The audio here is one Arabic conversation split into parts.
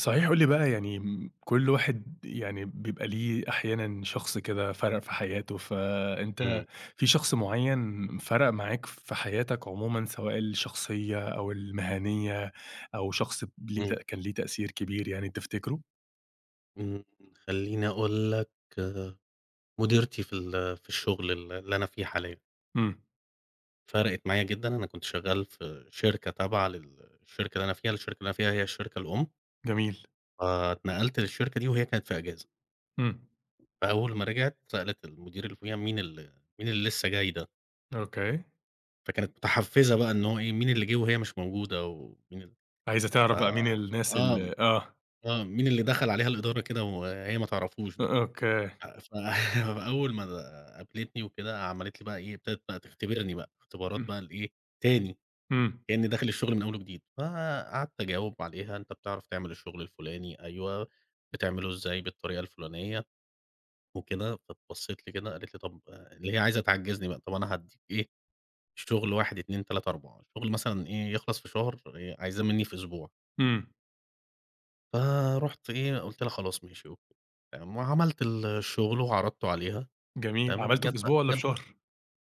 صحيح قُل لي بقى يعني كل واحد يعني بيبقى ليه أحيانًا شخص كده فَرَق في حياته، فأنت إمم، في شخص معيّن فَرَق معاك في حياتك عمومًا سواء الشخصية أو المهنية أو شخص ب ليه ت إمم، كان ليه تأثير كبير يعني تفتكره؟ إمم، خلّيني أقول لك مديرتي في ال في الشغل اللي أنا فيه حاليًا، إمم. فرقِت معايا جدًا. أنا كنت شغّال في شركة تابعة للشركة اللي أنا فيها. الشركة اللي أنا فيها هي الشركة الأم، جميل. فاتنقلت للشركة دي وهي كانت في إجازة. إمم. فأول ما رجعت سألت المدير اللي فوقيها: مين اللي لسه جاي ده؟" أوكي. فكانت متحفّزة بقى إن هو إيه، مين اللي جه وهي مش موجودة ومين ال عايزة ف تعرف بقى مين الناس آه، آه، آه، مين اللي دخل عليها الإدارة كده وهي ما تعرفوش ده. أوكي. أ ف أول ما قابلتني وكده، عملت لي بقى إيه، ابتدت بقى تختبرني بقى، اختبارات إمم. بقى الإيه، تاني، إمم. كإني داخل الشغل من أول وجديد. فقعدت أجاوب عليها، أنت بتعرف تعمل الشغل الفلاني، أيوه، بتعمله إزاي بالطريقة الفلانية وكده. فبصّت لي كده قالت لي طب آه، اللي هي عايزة تعجزني بقى، طب أنا هادّيك إيه، شغل 1، 2، 3، 4 الشغل مثلًا إيه، يخلص في شهر، عايزاه منّي في أسبوع. إمم. فرُحت إيه، قُلت لها خلاص ماشي أوكي، تمام، وعملت الشغل وعرضته عليها. جميل. تمام، عملته في جات بقى أسبوع والّا في جات شهر؟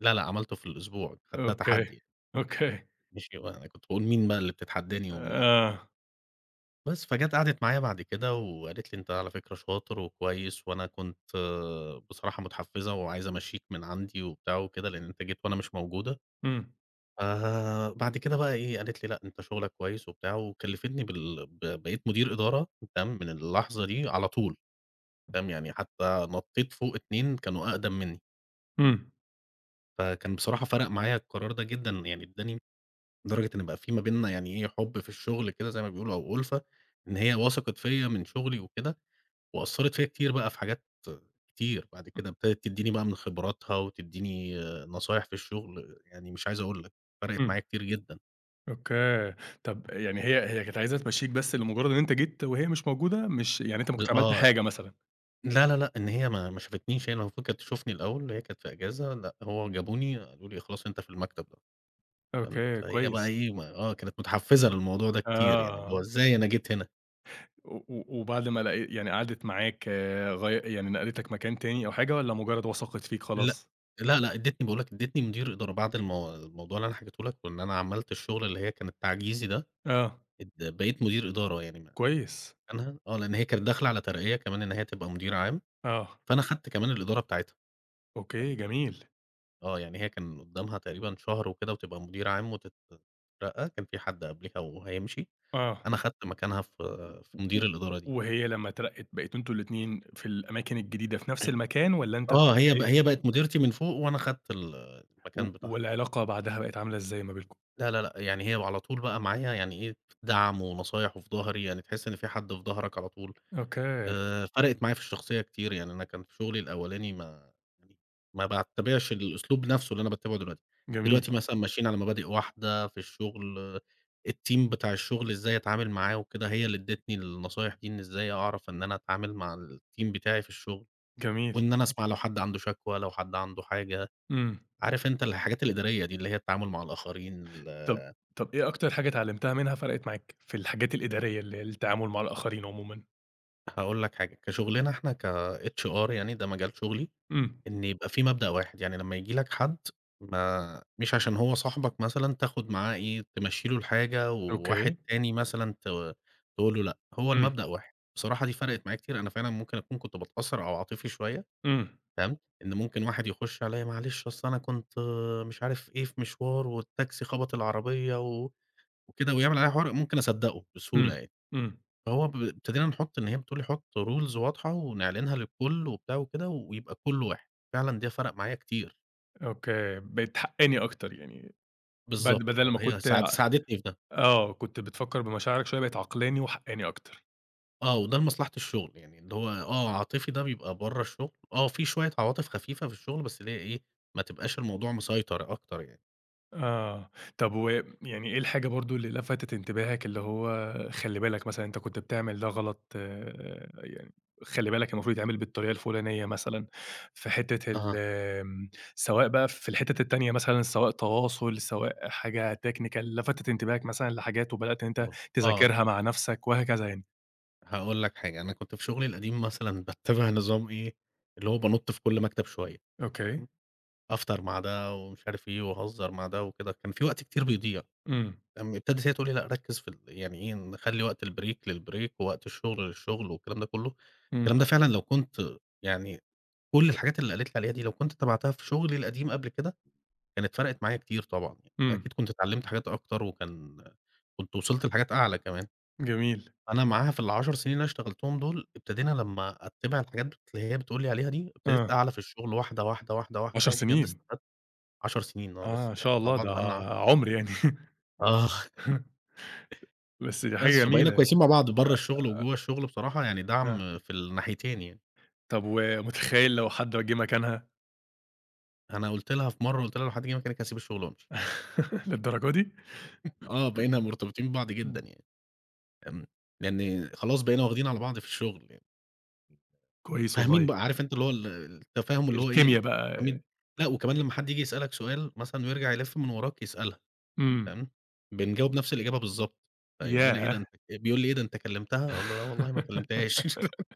لا، لأ، عملته في الأسبوع، خدتها أوكي. تحدي يعني. أوكي. مش أنا كنت باقول مين بقى اللي بتتحداني ومي آه. بس، فجات قعدت معايا بعد كده وقالت لي: "أنت على فكرة شاطر وكويس، وأنا كنت آه، بصراحة متحفّزة وعايزة أمشّيك من عندي وبتاع وكده، لإن أنت جيت وأنا مش موجودة." إمم. بعد كده بقى إيه، قالت لي: "لأ، أنت شغلك كويس." وبتاع وكلّفتني بال ب بقيت مدير إدارة. تمام، من اللحظة دي على طول. تمام، يعني حتى نطّيت فوق 2 كانوا أقدم منّي. إمم. فكان بصراحة فرَق معايا القرار ده جدًا، يعني ادّاني لدرجة إن بقى في ما بيننا يعني إيه، حُب في الشغل كده زي ما بيقولوا أو أُلفة، إن هي وثقت فيّا من شغلي وكده، وأثّرت فيّا كتير بقى في حاجات كتير. بعد كده ابتدت تدّيني بقى من خبراتها وتدّيني آه، نصايح في الشغل، يعني مش عايز أقول لك، فرقت إمم. معايا كتير جدًا. أوكي. طب يعني هي كانت عايزة تمشّيك بس لمجرد إن أنت جيت وهي مش موجودة، مش يعني أنت ما كنتش عملت آه، حاجة مثلًا؟ لا، لا، لأ، إن هي ما شافتنيش، هي المفروض كانت تشوفني الأول، هي كانت في إجازة، لأ هو جابوني قالوا لي: "خلاص أنت في المكتب ده." فاهم، أوكي، فهي بقى كويس. إيه، ما آه، كانت متحفّزة للموضوع ده كتير يعني، اللي هو آه، إزاي أنا جيت هنا؟ و و وبعد ما لقي يعني قعدت معاك يعني نقلتك مكان تاني أو حاجة والّا مجرد وثقت فيك لأ، خلاص؟ لأ، لأ، ادّتني باقول لك ادّتني مدير إدارة بعد الموضوع اللي أنا حكيته لك، وإن أنا عملت الشغل اللي هي كان التعجيزي ده، آه. بقيت مدير إدارة يعني كويس. مكانها. آه، لإن هي كانت داخلة على ترقية كمان إن هي تبقى مدير عام، آه. فأنا خدت كمان الإدارة بتاعتها. أوكي. جميل. آه، يعني هي كان قدّامها تقريبا شهر وكده وتبقى مدير عام وتترقى، كان في حد قبليها وهيمشي. آه. أنا خدت مكانها في و في مدير و الإدارة دي. وهي لمّا اترقّت بقيتوا أنتم الاتنين في الأماكن الجديدة في نفس المكان والّا أنت في آه، هي إيه. بقت مديرتي من فوق وأنا خدت و المكان بتاعها. والعلاقة بعدها بقت عاملة إزاي ما بينكم؟ لا، لا، لأ، يعني هي على طول بقى معايا يعني إيه، دعم ونصايح وفي ضهري، يعني تحس إن في حد في ضهرك على طول. أوكي. فرقت معايا في الشخصية كتير، يعني أنا كان في شغلي الأولاني يعني ما باتبعش الأسلوب نفسه اللي أنا باتبعه دلوقتي. دلوقتي جميل. مثلًا ماشيين على مبادئ واحدة في الشغل، الteam بتاع الشغل إزاي أتعامل معاه وكده، هي اللي ادّتني النصايح دي، إن إزاي أعرف إن أنا أتعامل مع الteam بتاعي في الشغل، جميل. وإن أنا أسمع لو حد عنده شكوى، لو حد عنده حاجة، إمم. عارف أنت الحاجات الإدارية دي، اللي هي التعامل مع الآخرين طَب طَب إيه أكتر حاجة اتعلّمتها منها فرقِت معاك في الحاجات الإدارية اللي هي التعامل مع الآخرين عمومًا؟ هاقول لك حاجة، كشغلنا إحنا كHR يعني ده مجال شغلي، إمم. إن يبقى في مبدأ واحد، يعني لمّا ييجي لك حد ما مش عشان هو صاحبك مثلًا تاخد معاه إيه، تمشّي له الحاجة، وواحد أوكي. تاني مثلًا تقول له لأ، هو إمم. المبدأ واحد. بصراحة دي فرقت معايا كتير، أنا فعلًا ممكن أكون كنت باتأثّر أو عاطفي شوية. إمم. تمام، إن ممكن واحد يخش عليَّ معلش أصل أنا كنت مش عارف إيه في مشوار والتاكسي خبط العربية وكده ويعمل عليَّ حوار، ممكن أصدّقه بسهولة إمم. يعني. إمم. فهو ب ابتدينا نحُط إن هي بتقول لي حُط rules واضحة ونعلنها للكل وبتاع وكده ويبقى الكل واحد. فعلًا ده فرق معايا كتير. أوكي. بقيت حقّاني أكتر يعني بالضبط بدل آه، ما هي كنت ساعدتني في ده. آه. كنت بتفكّر بمشاعرك شوية بقيت عقلاني وحقّاني أكتر. آه، وده لمصلحة الشغل يعني اللي هو آه، عاطفي ده بيبقى برّه الشغل. آه، في شوية عواطف خفيفة في الشغل بس اللي هي إيه، ما تبقاش الموضوع مسيطر أكتر يعني. آه، طب ويعني إيه الحاجة برضه اللي لفتت انتباهك، اللي هو خلّي بالك مثلًا أنت كنت بتعمل ده غلط، يعني خلّي بالك المفروض يتعمل بالطريقة الفلانية مثلًا، في حتّة آه، آمم، سواء بقى في الحتت التانية مثلًا، سواء تواصل، سواء حاجة technical لفتت انتباهك مثلًا لحاجات وبدأت إن أنت بُص آه، تذاكرها مع نفسك وهكذا يعني؟ هاقول لك حاجة. أنا كنت في شغلي القديم مثلًا باتّبع نظام إيه، اللي هو بانُط في كل مكتب شوية. أوكي. فاهم، أفطر مع ده ومش عارف إيه وأهزر مع ده وكده، كان في وقت كتير بيضيع. إمم. لمّا ابتدت هي تقول لي: "لأ ركّز في يعني إيه، نخلّي وقت البريك للبريك، ووقت الشغل للشغل." والكلام ده كلّه. إمم. الكلام ده فعلًا لو كنت يعني كل الحاجات اللي قالت لي عليها دي لو كنت تبعتها في شغلي القديم قبل كده، كانت فرقت معايا كتير طبعًا يعني. إمم. أكيد كنت اتعلّمت حاجات أكتر كنت وصلت لحاجات أعلى كمان. جميل. أنا معاها في ال10 سنين اللي أنا اشتغلتهم دول، ابتدينا لمّا أتّبع الحاجات اللي هي بتقول لي عليها دي، ابتديت آه. أعلى في الشغل واحدة، واحدة، واحدة، 10 واحدة، وبجد سنين! استفدت. 10 سنين آه آه، لسه إن شاء مع الله بعض ده بقى لنا عُمر يعني. آه. بس دي حاجة بس وبقينا جميلة كويسين يعني. مع بعض برّه الشغل وجوّه الشغل بصراحة يعني آه. دعم في الناحيتين يعني. طب ومتخيّل لو حد جه مكانها؟ أنا قُلت لها في مرّة قُلت لها لو حد جه مكانِك هاسيب الشغل وأمشي. للدرجة دي؟ آه بقينا مرتبطين ببعض جدًا إمم. يعني. امم، لإن خلاص بقينا واخدين على بعض في الشغل يعني. كويس فاهمين والله. بقى عارف أنت اللي هو التفاهم اللي هو إيه، الكيميا فاهمين. بقى. لأ وكمان لمّا حد ييجي يسألك سؤال مثلًا ويرجع يلِف من وراك يسألها، إمم. فاهم، بنجاوب نفس الإجابة بالضبط. فيقول لنا إيه ده ياه! أنت بيقول لي إيه ده أنت كلمتها؟ أقول له لا والله ما كلمتهاش.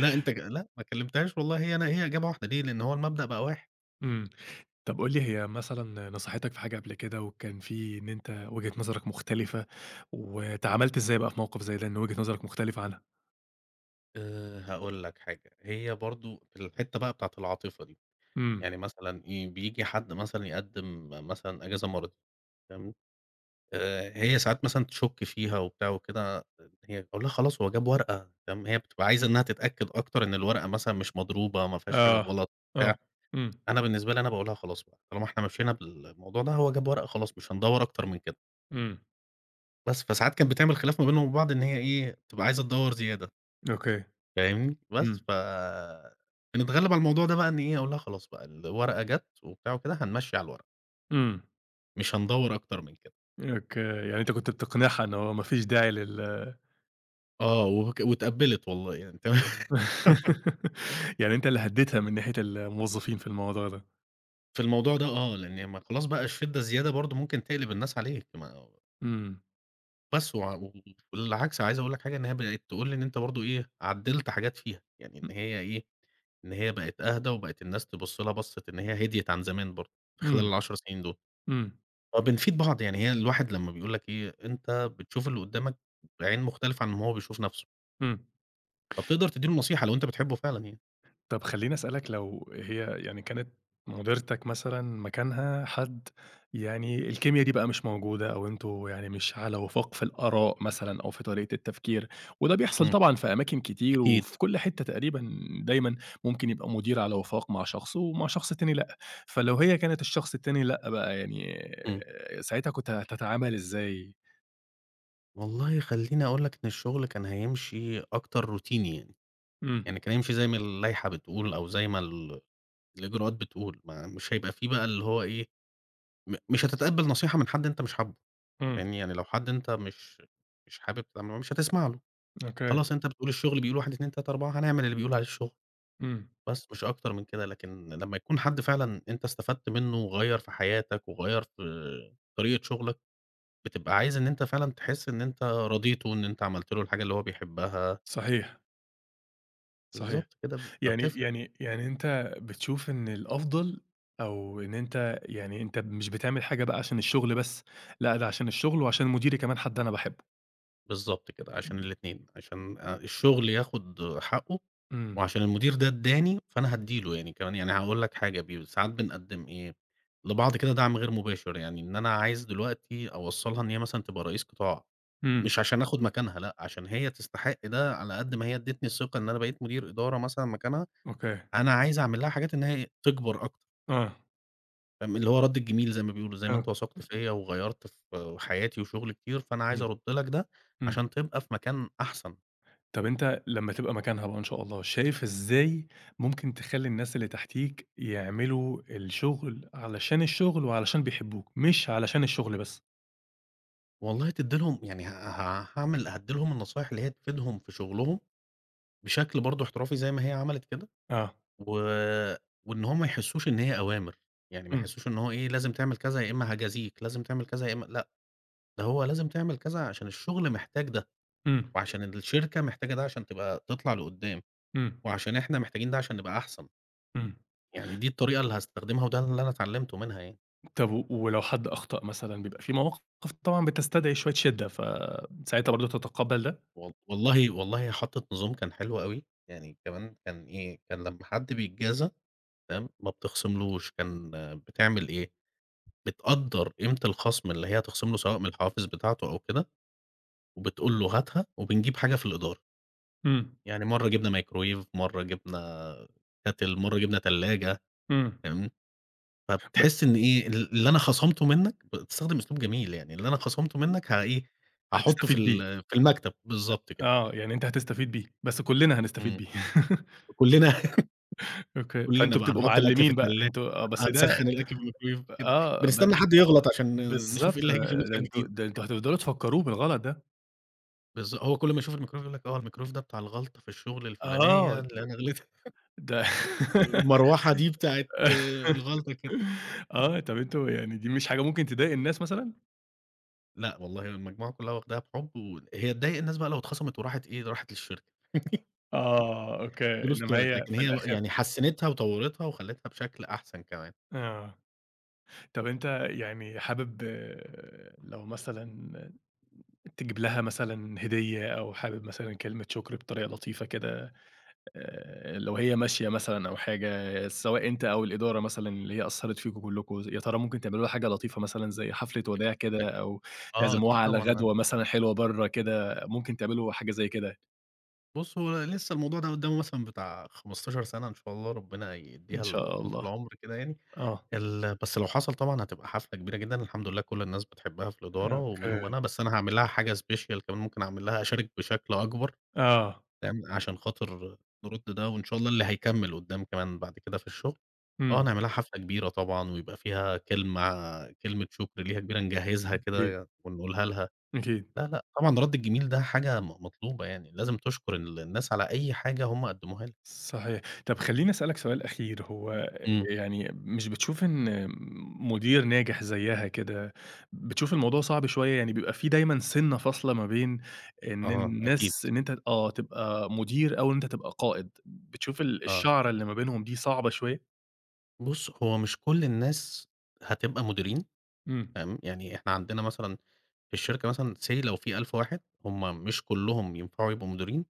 لا أنت ك لا ما كلمتهاش والله هي إجابة واحدة ليه؟ لإن هو المبدأ بقى واحد. إمم. طب قُل لي هي مثلًا نصحتك في حاجة قبل كده وكان في إن أنت وجهة نظرك مختلفة، واتعاملت إزاي بقى في موقف زي ده إن وجهة نظرك مختلفة عنها؟ هاقول لك حاجة، هي برضه في الحتّة بقى بتاعة العاطفة دي، إمم. يعني مثلًا إيه، بييجي حد مثلًا يقدّم مثلًا إجازة مرضية. تمام، هي ساعات مثلًا تشُك فيها وبتاع وكده، هي باقول لها: "خلاص هو جاب ورقة." تمام، هي بتبقى عايزة إنّها تتأكد أكتر إن الورقة مثلًا مش مضروبة، ما فيهاش حاجة آه. غلط آه. بتاع. إمم. أنا بالنسبة لي أنا باقول لها: "خلاص بقى، طالما إحنا مشينا بالموضوع ده، هو جاب ورقة خلاص مش هندوّر أكتر من كده." إمم. بس، فساعات كانت بتعمل خلاف ما بينهم وبين بعض إن هي إيه، بتبقى عايزة تدوّر زيادة. أوكي. فاهمني؟ بس إمم. ف بنتغلب على الموضوع ده بقى إن إيه، أقول لها خلاص بقى الورقة جات وبتاع وكده هنمشّي على الورقة، إمم. مش هندوّر أكتر من كده. أوكي، يعني أنت كنت بتقنعها إن هو ما فيش داعي آه، واتقبّلت والله يعني تمام. يعني أنت اللي هدّيتها من ناحية الموظفين في الموضوع ده. في الموضوع ده آه، لإن ما خلاص بقى الشدة الزيادة برضه ممكن تقلب الناس عليك ما. إمم. بس وع و بالعكس عايز أقول لك حاجة إن هي بقت تقول لي إن أنت برضه إيه، عدّلت حاجات فيها، يعني إن هي إيه، إن هي بقت أهدى وبقت الناس تبُص لها بصّة إن هي هديت عن زمان برضه في خلال إمم. ال10 سنين دول. إمم. آه، بنفيد بعض، يعني هي الواحد لمّا بيقول لك إيه، أنت بتشوف اللي قدّامك بعين مختلفة عن ما هو بيشوف نَفْسه، إمم. فبتقدر تدّي له نصيحة لو أنت بتحبه فعلًا يعني. طب خلّيني أسألك لو هي يعني كانت مُديرتك مثلًا مكانها حد، يعني الكيميا دي بقى مش موجودة أو أنتم يعني إمم. مش على وفاق في الآراء مثلًا أو في طريقة التفكير، وده بيحصل إمم، طبعًا في أماكن كتير أكيد، أكيد. وفي كل حتّة تقريبًا دايمًا، ممكن يبقى مُدير على وفاق مع شخص ومع شخص تاني لأ، فلو هي كانت الشخص التاني لأ بقى يعني إمم. ساعتها كنت هتتعامل إزاي؟ والله خلّيني أقول لك إن الشغل كان هيمشي أكتر روتيني يعني. إمم. يعني كان هيمشي زي ما اللائحة بتقول أو زي ما الإجراءات بتقول، ما مش هيبقى في بقى اللي هو إيه، مش هتتقبّل نصيحة من حد أنت مش حابه. إمم. فاهمني، يعني لو حد أنت مش حابب تتعامل معاه مش هتسمع له. أوكي. خلاص أنت بتقول الشغل بيقول 1، 2، 3، 4 هنعمل اللي بيقول عليه الشغل. إمم. بس مش أكتر من كده، لكن لمّا يكون حد فعلًا أنت استفدت منّه وغيّر في حياتك وغيّر في طريقة شغلك، بتبقى عايز إن أنت فعلًا تحس إن أنت رضيته، إن أنت عملت له الحاجة اللي هو بيحبها. صحيح، صحيح. بالضبط كده، يعني فبتفرق. يعني يعني أنت بتشوف إن الأفضل أو إن أنت، يعني أنت مش بتعمل حاجة بقى عشان الشغل بس، لأ ده عشان الشغل وعشان مديري كمان حد أنا باحبه. بالضبط كده، عشان الاتنين، عشان الشغل ياخد حقه، إمم. وعشان المدير ده ادّاني فأنا هادّي له يعني كمان. يعني هاقول لك حاجة ساعات بنقدّم إيه، لبعض كده دعم غير مباشر، يعني إن أنا عايز دلوقتي أوصّلها إن هي مثلًا تبقى رئيس قطاع. إمم. مش عشان آخُد مكانها لأ، عشان هي تستحق ده على قد ما هي ادّتني الثقة إن أنا بقيت مدير إدارة مثلًا مكانها. أوكي. أنا عايز أعمل لها حاجات إن هي تكبر أكتر. آه. فاهم، اللي هو رَد الجميل زي ما بيقولوا، زي ما آه. أنت وثقت فيّا وغيّرت في حياتي وشُغلي كتير، فأنا عايز إمم. أرُد لك ده إمم. عشان تبقى في مكان أحسن. طب أنت لمّا تبقى مكانها بقى إن شاء الله، شايف إزاي ممكن تخلّي الناس اللي تحتيك يعملوا الشغل علشان الشغل وعلشان بيحبوك، مش علشان الشغل بس؟ والله تدّي لهم يعني ه ه هاعمل هادّي لهم النصايح اللي هي تفيدهم في شُغلهم بشكل برضه احترافي زي ما هي عملت كده آه. و وإن هم ما يحسّوش إن هي أوامر، يعني ما إمم. يحسّوش إن هو إيه، لازم تعمل كذا يا إمّا هاجازيك، لازم تعمل كذا يا إمّا لأ. ده هو لازم تعمل كذا عشان الشغل محتاج ده، إمم. وعشان الشركة محتاجة ده عشان تبقى تطلع لقدّام، إمم. وعشان إحنا محتاجين ده عشان نبقى أحسن. إمم. يعني دي الطريقة اللي هاستخدمها وده اللي أنا اتعلمته منها يعني. طب ولو حد أخطأ مثلًا، بيبقى في مواقف طبعًا بتستدعي شوية شِدّة، فساعتها برضه تتقبّل ده؟ والله والله هي حطت نظام كان حلو أوي، يعني كمان كان إيه، كان لمّا حد بيتجازى، تمام، ما بتخصملوش. كان آه، بتعمل إيه، بتقدّر قيمة الخصم اللي هي هتخصم له سواء من الحوافز بتاعته أو كده، وبتقول له هاتها وبنجيب حاجة في الإدارة. إمم. يعني مرّة جبنا مايكروويف، مرّه جبنا كاتل، مرّه جبنا تلاجة. إمم. فاهمني؟ ب فبتحس إن إيه، اللي أنا خصمته منّك بتستخدم أسلوب جميل، يعني اللي أنا خصمته منّك إيه، هاحطّه هتستفيد بيه. في المكتب. بالضبط كده. آه، يعني أنت هتستفيد بيه، بس كُلّنا هنستفيد إمم، بيه. كُلّنا. أوكي. كُلّنا فأنتم بقى بتبقوا هنحُط الأكل في معلّمين بقى، التلاجة، أنتم بس ده. هنسخّن الأكل في الميكرويف كده، آه، بنستنى حد يغلط عشان نشوف بالضبط. إيه اللي هييجي في ده المكتب أنتم جديد. ده أنتم هتفضلوا تفكّروه بالغلط ده. هو كل ما يشوف الميكرويف يقول لك آه، الميكرويف ده بتاع الغلطة في الشغل الفلانية آه. اللي أنا غلطت. ده. المروحة دي بتاعة الغلطة كده. آه. طب أنتم يعني دي مش حاجة ممكن تضايق الناس مثلًا؟ لأ والله المجموعة كُلّها واخداها بحُب، وهي تضايق الناس بقى لو اتخصمت وراحت إيه، راحت للشركة. آه، أوكي، فلوس إنّما طارت، هي لكن في هي الآخر. يعني حسّنتها وطوّرتها وخلّتها بشكل أحسن كمان. آه. طب أنت يعني حابب، لو مثلًا تجيب لها مثلًا هدية أو حابب مثلًا كلمة شكر بطريقة لطيفة كده، لو هي ماشية مثلًا أو حاجة، سواء أنت أو الإدارة مثلًا اللي هي أثّرت فيكم كلكم، يا ترى ممكن تعملوا لها حاجة لطيفة مثلًا زي حفلة وداع كده أكيد. أو آه، أكيد تعزموها على طبعًا أنا غدوة مثلًا حلوة برّه كده، ممكن تعملوا حاجة زي كده؟ بُص، هو لسه الموضوع ده قدّامه مثلًا بتاع 15 سَنة إن شاء الله، ربنا إن يدّيها شاء طولة الله. العمر كده يعني. آه. بس لو حصل طبعًا هتبقى حفلة كبيرة جدًا، الحمد لله كل الناس بتحبها في الإدارة ومنهم أوكي. أنا. بس أنا هاعمل لها حاجة special كمان ممكن أعمل لها أشارك بشكل أكبر. آه. نعمل عشان خاطر نرد ده وإن شاء الله اللي هيكمّل قدّام كمان بعد كده في الشغل. آه إمم. نعملها حفلة كبيرة طبعًا ويبقى فيها كلمة شكر ليها كبيرة نجهّزها كده أكيد. يعني ونقولها لها. أكيد. لا، لأ طبعًا رَد الجميل ده حاجة مطلوبة يعني، لازم تشكر الناس على أي حاجة هم قدّموها لك. صحيح. طب خلّيني أسألك سؤال أخير، هو إمم، يعني مش بتشوف إن مدير ناجح زيّها كده، بتشوف الموضوع صعب شوية؟ يعني بيبقى في دايمًا سِنّة فاصلة ما بين إن آه، أكيد، الناس، إن أنت تبقى مدير أو إن أنت تبقى قائد، بتشوف آه. الشعرة اللي ما بينهم دي صعبة شوية؟ بُص هو مش كل الناس هتبقى مديرين. إمم. تمام، يعني إحنا عندنا مثلًا في الشركة مثلًا say لو في 1000 واحد هم مش كلّهم ينفعوا يبقوا مديرين.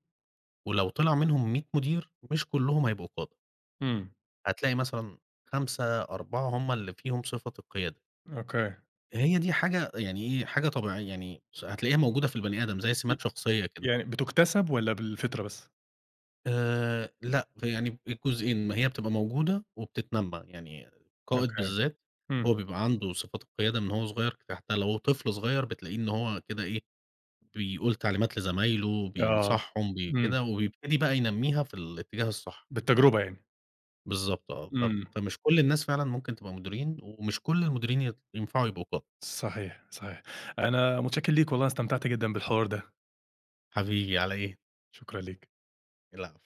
ولو طلع منهم 100 مدير مش كلّهم هيبقوا قادة. إمم. هتلاقي مثلًا 5، 4 هم اللي فيهم صفة القيادة. أوكي. هي دي حاجة يعني إيه، حاجة طبيعية يعني هتلاقيها موجودة في البني آدم زي ي ي سمات شخصية كده. يعني بتُكتسب والّا بالفطرة بس؟ لأ، فيعني الجزئين ما هي بتبقى موجودة وبتتنمّى، يعني القائد أوكي. بالذات هو إمم. بيبقى عنده صفات القيادة من هو صغير، كده، حتى لو هو طفل صغير بتلاقيه إن هو كده إيه، بيقول تعليمات لزمايله، آه. بينصحهم بي إمم. كده وبيبتدي بقى ينمّيها في الاتجاه الصح. بالتجربة يعني. بالضبط آه، إمم. فمش كل الناس فعلًا ممكن تبقى مديرين، ومش كل المديرين ينفعوا يبقوا قادة. صحيح، صحيح. أنا متشكّر ليك والله، أنا استمتعت جدًا بالحوار ده. حبيبي على إيه؟ شكرًا ليك. العفو.